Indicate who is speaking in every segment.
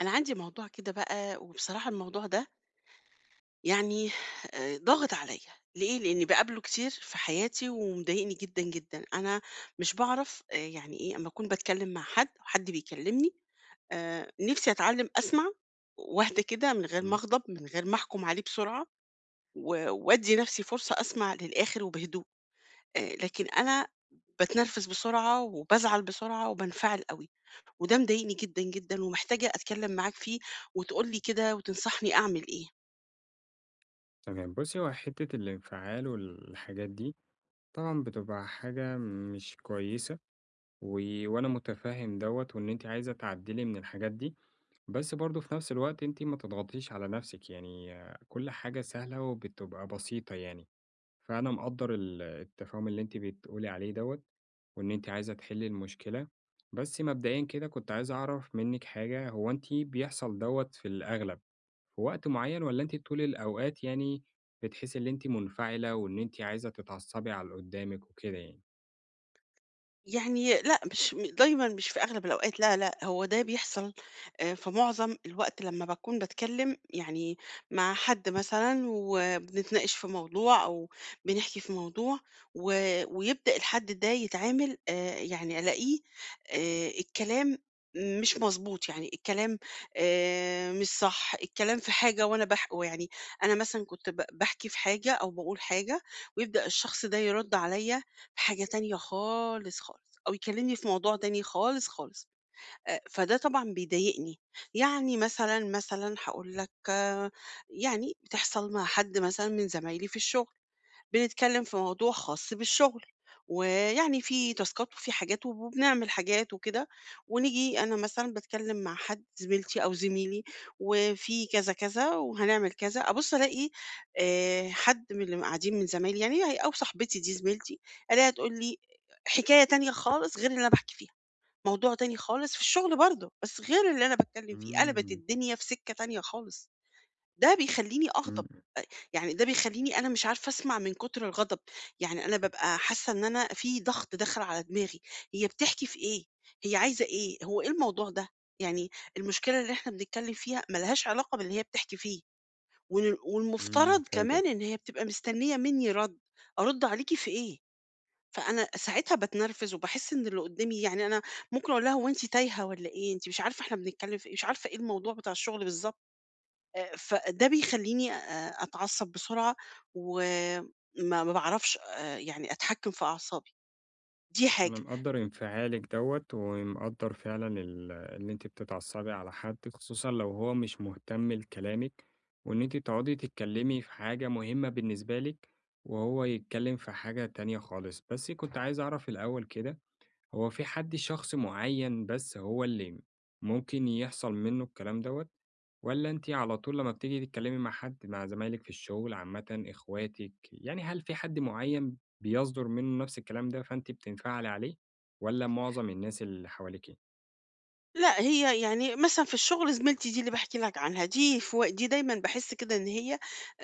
Speaker 1: أنا عندي موضوع كده بقى، وبصراحة الموضوع ده يعني ضاغط عليَّ، ليه؟ لإني باقابله كتير في حياتي ومضايقني جدًا، جدًا. أنا مش باعرف يعني إيه، أمّا أكون باتكلم مع حد أو حد بيكلمني، نِفْسي أتعلم أسمع وأهدى كده من غير ما
Speaker 2: إمم،
Speaker 1: أغضب، من غير ما أحكم عليه بسرعة و وأدّي نَفْسي فرصة أسمع للآخر وبهدوء. لكن أنا باتنرفز بسرعة وبازعل بسرعة وبانفعل أوي. وده مضايقني جدًا، جدًا، ومحتاجة أتكلم معاك فيه وتقول لي كده وتنصحني أعمل إيه.
Speaker 2: تمام. بُصّي، هو حتّة الانفعال والحاجات دي طبعًا بتبقى حاجة مش كويسة و وأنا مُتفهِّم دوّة وإن أنتِ عايزة تعدّلي من الحاجات دي، بس برضه في نَفْس الوقت أنتِ ما تضغطيش على نَفْسِك، يعني آه، كل حاجة سهلة وبتبقى بسيطة يعني. فأنا مقدّر التفاهم اللي أنتِ بتقولي عليه دوّة وإن أنتِ عايزة تحلّي المشكلة، بس مبدئيًا كده كنت عايز أعرف منِّك حاجة، هو أنتِ بيحصل دوّة في الأغلب، في وقت معين والّا أنتِ طول الأوقات يعني بتحسي إن أنتِ منفعلة وإن أنتِ عايزة تتعصبي على اللي قدّامِك وكده يعني؟
Speaker 1: يعني لأ، مش دايمًا مش في أغلب الأوقات لا، لأ، هو ده بيحصل في معظم الوقت لمّا باكون باتكلّم يعني مع حد مثلًا وبنتناقش في موضوع أو بنحكي في موضوع و ويبدأ الحد ده يتعامل يعني ألاقيه الكلام مش مضبوط، يعني الكلام مش صح، الكلام في حاجة وأنا يعني أنا مثلًا كنت باحكي في حاجة أو باقول حاجة ويبدأ الشخص ده يرُد عليّا حاجة تانية خالص، خالص، أو يكلمني في موضوع تاني خالص، خالص، فده طبعًا بيضايقني، يعني مثلًا، هاقول لك آه، يعني بتحصل مع حد مثلًا من زمايلي في الشغل. بنتكلم في موضوع خاص بالشغل، ويعني في تاسكات وفي حاجات وبنعمل حاجات وكده، ونيجي أنا مثلًا باتكلم مع حد زميلتي أو زميلي وفي كذا كذا وهنعمل كذا، أبُص ألاقي حد من اللي قاعدين من زمايلي يعني هي أو صاحبتي دي زميلتي، ألاقيها تقول لي حكاية تانية خالص غير اللي أنا باحكي فيها، موضوع تاني خالص في الشغل برضه، بس غير اللي أنا باتكلم فيه، قلبت
Speaker 2: إمم،
Speaker 1: الدنيا في سكة تانية خالص، ده بيخلّيني أغضب.
Speaker 2: إمم،
Speaker 1: يعني ده بيخلّيني أنا مش عارفة أسمع من كتر الغضب، يعني أنا بابقى حاسة إن أنا في ضغط داخل على دماغي، هي بتحكي في إيه؟ هي عايزة إيه؟ هو إيه الموضوع ده؟ يعني المشكلة اللي إحنا بنتكلّم فيها ما لهاش علاقة باللي هي بتحكي فيه، وال
Speaker 2: إمم،
Speaker 1: والمفترض
Speaker 2: فهمتِك.
Speaker 1: كمان إن هي بتبقى مستنية منّي رَد، أرُد عليكِ في إيه؟ فأنا ساعتها باتنرفز وباحس إن اللي قدّامي يعني أنا ممكن أقول لها: "هو أنتِ تايهة والّا إيه؟ أنتِ مش عارفة إحنا بنتكلّم في إيه، مش عارفة إيه الموضوع بتاع الشغل بالضبط." فده بيخلّيني أتعصّب بسرعة، وما ما باعرفش يعني أتحكّم في أعصابي، دي
Speaker 2: أنا
Speaker 1: حاجة.
Speaker 2: مقدّر انفعالِك دوّة، ومقدّر فعلًا إن أنتِ بتتعصبي على حد، خصوصًا لو هو مش مهتم لكلامِك، وإن أنتِ تقعدي تتكلمي في حاجة مهمة بالنسبة لِك، وهو يتكلم في حاجة تانية خالص. بس كنت عايز أعرف الأول كده هو في حد شخص معين بس هو اللي ممكن يحصل منه الكلام دوّة، والّا أنتِ على طول لمّا بتيجي تتكلمي مع حد مع زمايلِك في الشغل عامةً، إخواتِك، يعني هل في حد معين بيصدر منه نفس الكلام ده فأنتِ بتنفعلي عليه، والّا معظم الناس اللي حواليكِ؟
Speaker 1: لأ، هي يعني مثلًا في الشغل زميلتي دي اللي باحكي لك عنها، دي دايمًا باحس كده إن هي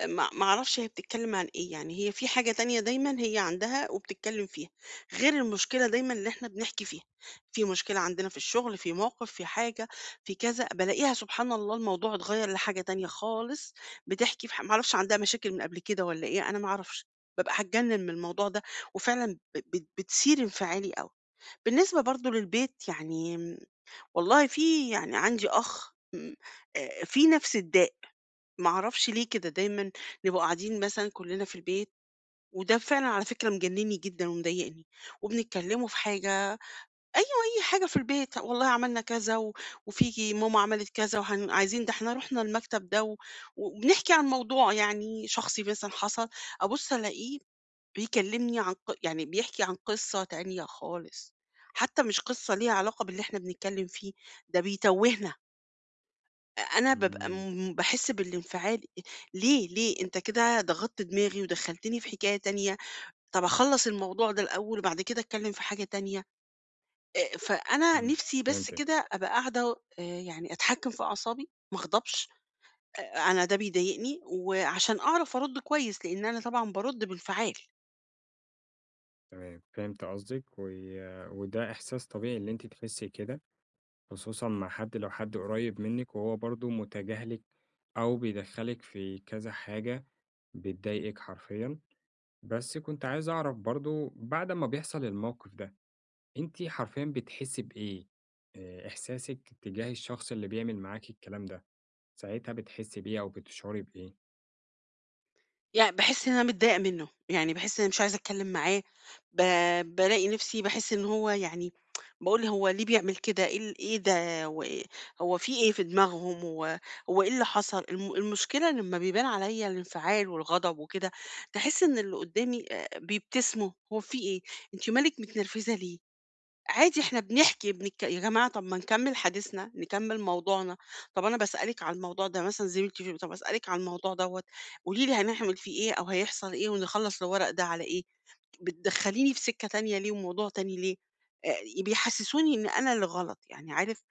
Speaker 1: ما أعرفش هي بتتكلم عن إيه، يعني هي في حاجة تانية دايمًا هي عندها وبتتكلم فيها، غير المشكلة دايمًا اللي إحنا بنحكي فيها، في مشكلة عندنا في الشغل، في موقف، في حاجة، في كذا، بالاقيها سبحان الله الموضوع اتغيّر لحاجة تانية خالص، بتحكي في ما أعرفش عندها مشاكل من قبل كده والّا إيه، أنا ما أعرفش، بابقى هاتجنن من الموضوع ده، وفعلًا ب بت بتثير انفعالي أوي. بالنسبة برضه للبيت يعني والله في يعني عندي أخ في نفس الداء، معرفش ليه كده دايما نبقى قاعدين مثلا كلنا في البيت وده فعلا على فكرة مجنني جدا ومضايقني وبنتكلموا في حاجة، أيوة، أي حاجة في البيت والله عملنا كذا و... وفي ماما عملت كذا وعايزين ده احنا رحنا المكتب ده و... وبنحكي عن موضوع يعني شخصي مثلا حصل أبص ألاقيه بيكلمني عن يعني بيحكي عن قصة تانية خالص، حتى مش قصة ليها علاقة باللي احنا بنتكلم فيه، ده بيتوهنا، أنا بابقى
Speaker 2: إمم،
Speaker 1: باحس بالانفعال، ليه، ليه؟ أنت كده ضغطت دماغي ودخّلتني في حكاية تانية، طَب أخلّص الموضوع ده الأول وبعد كده أتكلّم في حاجة تانية، فأنا
Speaker 2: إمم،
Speaker 1: نِفْسي بس
Speaker 2: فهمتِك،
Speaker 1: كده أبقى قاعدة يعني أتحكّم في أعصابي، ما أغضبش، أ أنا ده بيضايقني وعشان أعرف أرُد كويس، لإن أنا طبعًا بارُد بانفعال.
Speaker 2: تمام، فهمت قصدِك، و وده إحساس طبيعي اللي أنتِ تحسي كده، خصوصًا مع حد لو حد قريب منِّك وهو برضه متجاهلِك أو بيدخّلِك في كذا حاجة بتضايقِك حرفيًا، بس كنت عايز أعرف برضه بعد ما بيحصل الموقف ده، أنتِ حرفيًا بتحسّي بإيه؟ إحساسِك تجاه الشخص اللي بيعمل معاكِ الكلام ده، ساعتها بتحسّي بإيه أو بتشعري بإيه؟
Speaker 1: باحس إن أنا متضايقة منّه، يعني باحس إن أنا مش عايزة أتكلّم معاه، ب بالاقي نفسي باحس إن هو يعني باقول هو ليه بيعمل كده، إيه إيه ده، هو إيه، هو في إيه في دماغهم، هو إيه اللي حصل، المشكلة لمّا بيبان عليَّ الانفعال والغضب وكده، تحس إن اللي قدّامي بيبتسموا، هو في إيه، أنتِ مالِك متنرفزة ليه، عادي إحنا بنحكي بنك يا جماعة، طب ما نكمّل حديثنا، نكمّل موضوعنا، طب أنا باسألِك على الموضوع ده، مثلًا زميلتي في طب أسألِك على الموضوع دوّة، قولي لي هنعمل فيه إيه أو هيحصل إيه ونخلّص الورق ده على إيه، بتدخّليني في سكة تانية ليه وموضوع تاني ليه، آآ بيحسّسوني إن أنا اللي غلط، يعني عارف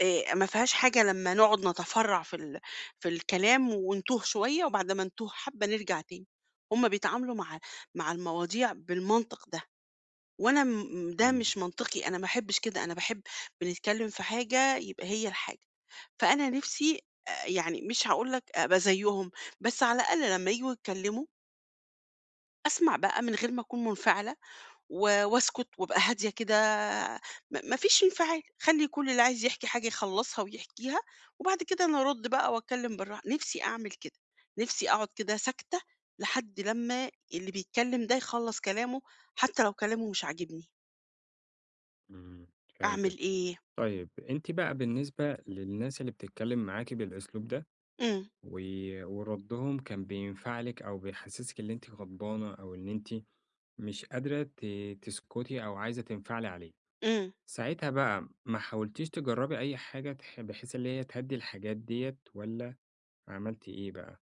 Speaker 1: ما فيهاش حاجة لمّا نقعد نتفرّع في الكلام ونتوه شوية وبعد ما نتوه حبّة نرجع تاني، هُم بيتعاملوا مع المواضيع بالمنطق ده. وأنا ده
Speaker 2: إمم،
Speaker 1: مش منطقي، أنا ما أحبش كده، أنا باحب بنتكلم في حاجة يبقى هي الحاجة، فأنا نِفْسي يعني مش هاقول لك أبقى زيّهم، بس على الأقل لمّا ييجوا يتكلموا أسمع بقى من غير ما أكون منفعلة و واسكت وابقى هادية كده، ما فيش انفعال، خلّي كل اللي عايز يحكي حاجة يخلّصها ويحكيها، وبعد كده أنا أرُد بقى وأتكلم بالراحة، نِفْسي أعمل كده، نِفْسي أقعد كده ساكتة لحد لمّا اللي بيتكلم ده يخلّص كلامه، حتى لو كلامه مش عاجبني،
Speaker 2: إمم، فهمتِك.
Speaker 1: أعمل إيه؟
Speaker 2: طيب أنتِ بقى بالنسبة للناس اللي بتتكلم معاكِ بالأسلوب ده
Speaker 1: إمم،
Speaker 2: و وردّهم كان بينفعلِك أو بيحسّسِك إن أنتِ غضبانة أو إن أنتِ مش قادرة تسكتي أو عايزة تنفعلي عليه.
Speaker 1: إمم.
Speaker 2: ساعتها بقى ما حاولتيش تجرّبي أي حاجة بحيث اللي هي تهدّي الحاجات ديّة والّا عملتِ إيه بقى؟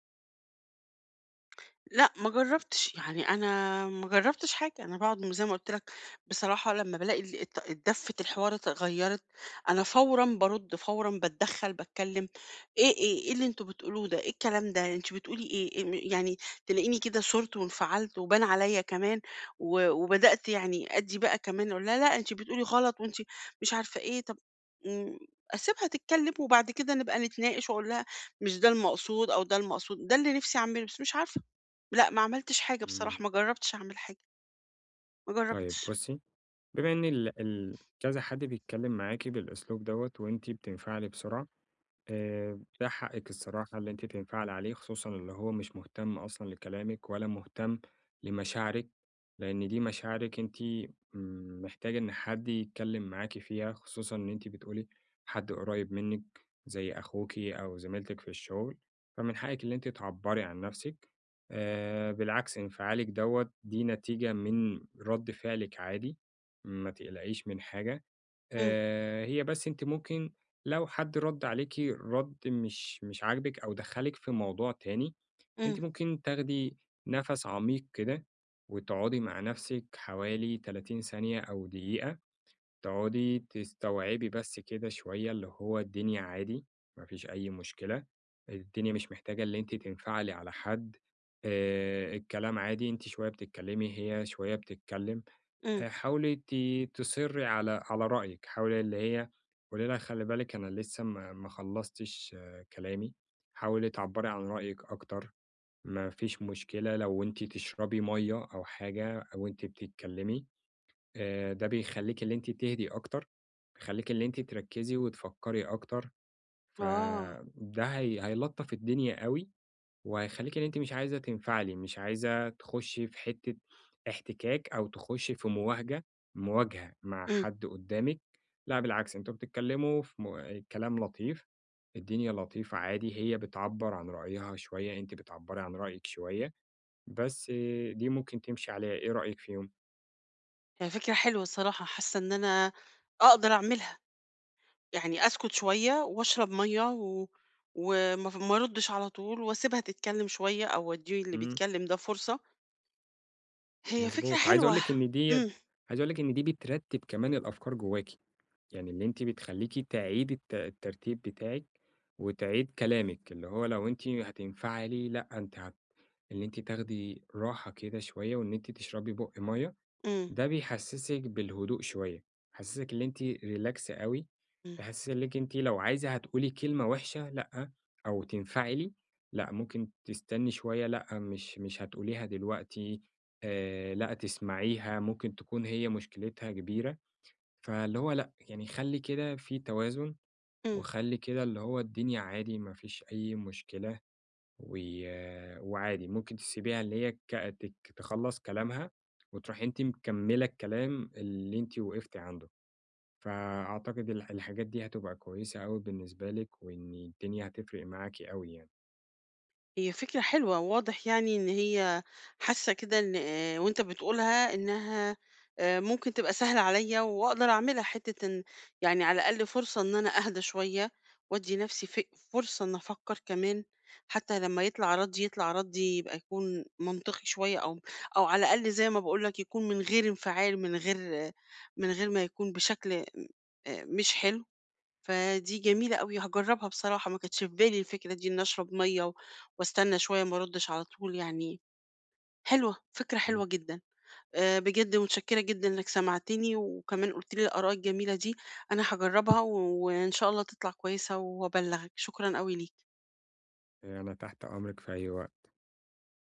Speaker 1: لأ، ما جرّبتش، يعني أنا ما جرّبتش حاجة، أنا باقعد زي ما قُلت لك، بصراحة لمّا بالاقي ال الط الدَفّة الحوار اتغيّرت، أنا فورًا بارُد، فورًا باتدخّل، باتكلّم، إيه اللي أنتم بتقولوه ده، إيه الكلام ده، أنتِ بتقولي إيه، يعني تلاقيني كده صُرت وانفعلت وبان عليّا كمان و وبدأت يعني أدّي بقى كمان أقول لها لأ، أنتِ بتقولي غلط وأنتِ مش عارفة إيه، طَب، إمم، أسيبها تتكلّم وبعد كده نبقى نتناقش وأقول لها مش ده المقصود أو ده المقصود، ده اللي نِفْسي أعمله بس مش عارفة. لأ، ما عملتش حاجة
Speaker 2: إمم.
Speaker 1: بصراحة، ما جرّبتش أعمل حاجة، ما
Speaker 2: طيب
Speaker 1: جرّبتش.
Speaker 2: بُصّي، بما إن ال ال كذا حد بيتكلّم معاكِ بالأسلوب دوّة وأنتِ بتنفعلي بسرعة ده حقِّك الصراحة اللي أنتِ تنفعلي عليه، خصوصًا اللي هو مش مهتم أصلًا لكلامِك ولا مهتم لمشاعرِك، لإن دي مشاعرِك أنتِ محتاجة إن حد يتكلّم معاكِ فيها، خصوصًا إن أنتِ بتقولي حد قريب منِّك زي أخوكِ أو زميلتِك في الشغل، فمن حقِّك اللي أنتِ تعبّري عن نَفْسِك. بالعكس انفعالِك دوّة دي نتيجة من رَد فعلِك عادي، ما تقلقيش من حاجة.
Speaker 1: إمم،
Speaker 2: هي بس أنتِ ممكن لو حد رَد عليكِ رَد مش عاجبِك أو دخّلِك في موضوع تاني،
Speaker 1: إمم،
Speaker 2: أنتِ ممكن تاخدي نَفَس عميق كده وتقعدي مع نَفْسِك حوالي 30 ثانية أو دقيقة، تقعدي تستوعبي بس كده شوية اللي هو الدنيا عادي، ما فيش أي مشكلة، الدنيا مش محتاجة اللي أنتِ تنفعلي على حد، الكلام عادي، أنتِ شوية بتتكلمي، هي شوية بتتكلم.
Speaker 1: إمم،
Speaker 2: حاولي تصرّي على رأيِك، حاولي اللي هي قولي لها خلّي بالِك أنا لسه ما خلّصتش آه، كلامي، حاولي تعبّري عن رأيِك أكتر، ما فيش مشكلة لو أنتِ تشربي مَيّة أو حاجة وأنتِ بتتكلّمي، ده بيخلّيكِ اللي أنتِ تهدي أكتر، بيخلّيكِ اللي أنتِ تركّزي وتفكّري أكتر،
Speaker 1: آه،
Speaker 2: فده هيلطّف الدنيا أوي. وهيخلّيكِ إن أنتِ مش عايزة تنفعلي، مش عايزة تخُشّي في حتّة احتكاك أو تخُشّي في مواجهة مع
Speaker 1: إمم.
Speaker 2: حد قُدّامِك، لأ بالعكس أنتم بتتكلّموا في كلام لطيف، الدنيا لطيفة عادي، هي بتعبّر عن رأيها شوية، أنتِ بتعبّري عن رأيِك شوية، بس دي ممكن تمشي عليها، إيه رأيِك فيهم؟
Speaker 1: هي فكرة حلوة الصراحة، حاسة إن أنا أقدر أعملها، يعني أسكت شوية وأشرب مَيّة و وما ف ما أردّش على طول وأسيبها تتكلم شوية أو أدّي اللي
Speaker 2: إمم،
Speaker 1: بيتكلم ده فرصة، هي فكرة
Speaker 2: مضبوط،
Speaker 1: حلوة، إمم،
Speaker 2: عايز أقول لِك إن دي بترتّب كمان الأفكار جوّاكِ. يعني اللي أنتِ بتخلّيكِ تعيدي الترتيب بتاعِك، وتعيد كلامِك، اللي هو لو أنتِ هتنفعلي لأ أنتِ هت اللي أنتِ تاخدي راحة كده شوية، وإن أنتِ تشربي بُق مَيّة،
Speaker 1: إمم،
Speaker 2: ده بيحسّسِك بالهدوء شوية، يحسّسِك اللي أنتِ relax أوي،
Speaker 1: إمم،
Speaker 2: يحسّسِك أنتِ لو عايزة هتقولي كلمة وِحشة لأ، أو تنفعلي لأ، ممكن تستني شوية لأ، مش هتقوليها دلوقتي، لأ تسمعيها، ممكن تكون هي مشكلتها كبيرة. فاللي هو لأ، يعني خلّي كده في توازن،
Speaker 1: إمم.
Speaker 2: وخلّي كده اللي هو الدنيا عادي ما فيش أي مشكلة، و وعادي ممكن تسيبيها اللي هي ك تك تخلّص كلامها، وتروحي أنتِ مكمّلة الكلام اللي أنتِ وقفتِ عنده، فأعتقد الحاجات دي هتبقى كويسة أوي بالنسبة لِك، وإن الدنيا هتفرق معاكِ أوي يعني.
Speaker 1: هي فكرة حلوة، واضح يعني إن هي حاسة كده إن وأنت بتقولها إنها ممكن تبقى سهلة عليّا وأقدر أعملها حتّة إن، يعني على الأقل فرصة إن أنا أهدى شوية وأدّي نَفْسي فرصة إن أفكّر كمان، حتّى لمّا يطلع ردّي يبقى يكون منطقي شوية، أو على الأقل زي ما باقول لك يكون من غير انفعال، من غير آه، من غير ما يكون بشكل مش حلو. فدي جميلة أوي، هاجرّبها بصراحة، ما كانتش في بالي الفكرة دي إن أشرب مَيّة و واستنى شوية ما أردش على طول يعني، حلوة، فكرة
Speaker 2: إمم.
Speaker 1: حلوة جدًا، بجد متشكرة جدًا إنك سمعتني وكمان قُلت لي الآراء الجميلة دي، أنا هاجرّبها و وإن شاء الله تطلع كويسة وأبلّغك، شكرًا أوي ليك.
Speaker 2: أنا تحت أمرِك في أي وقت.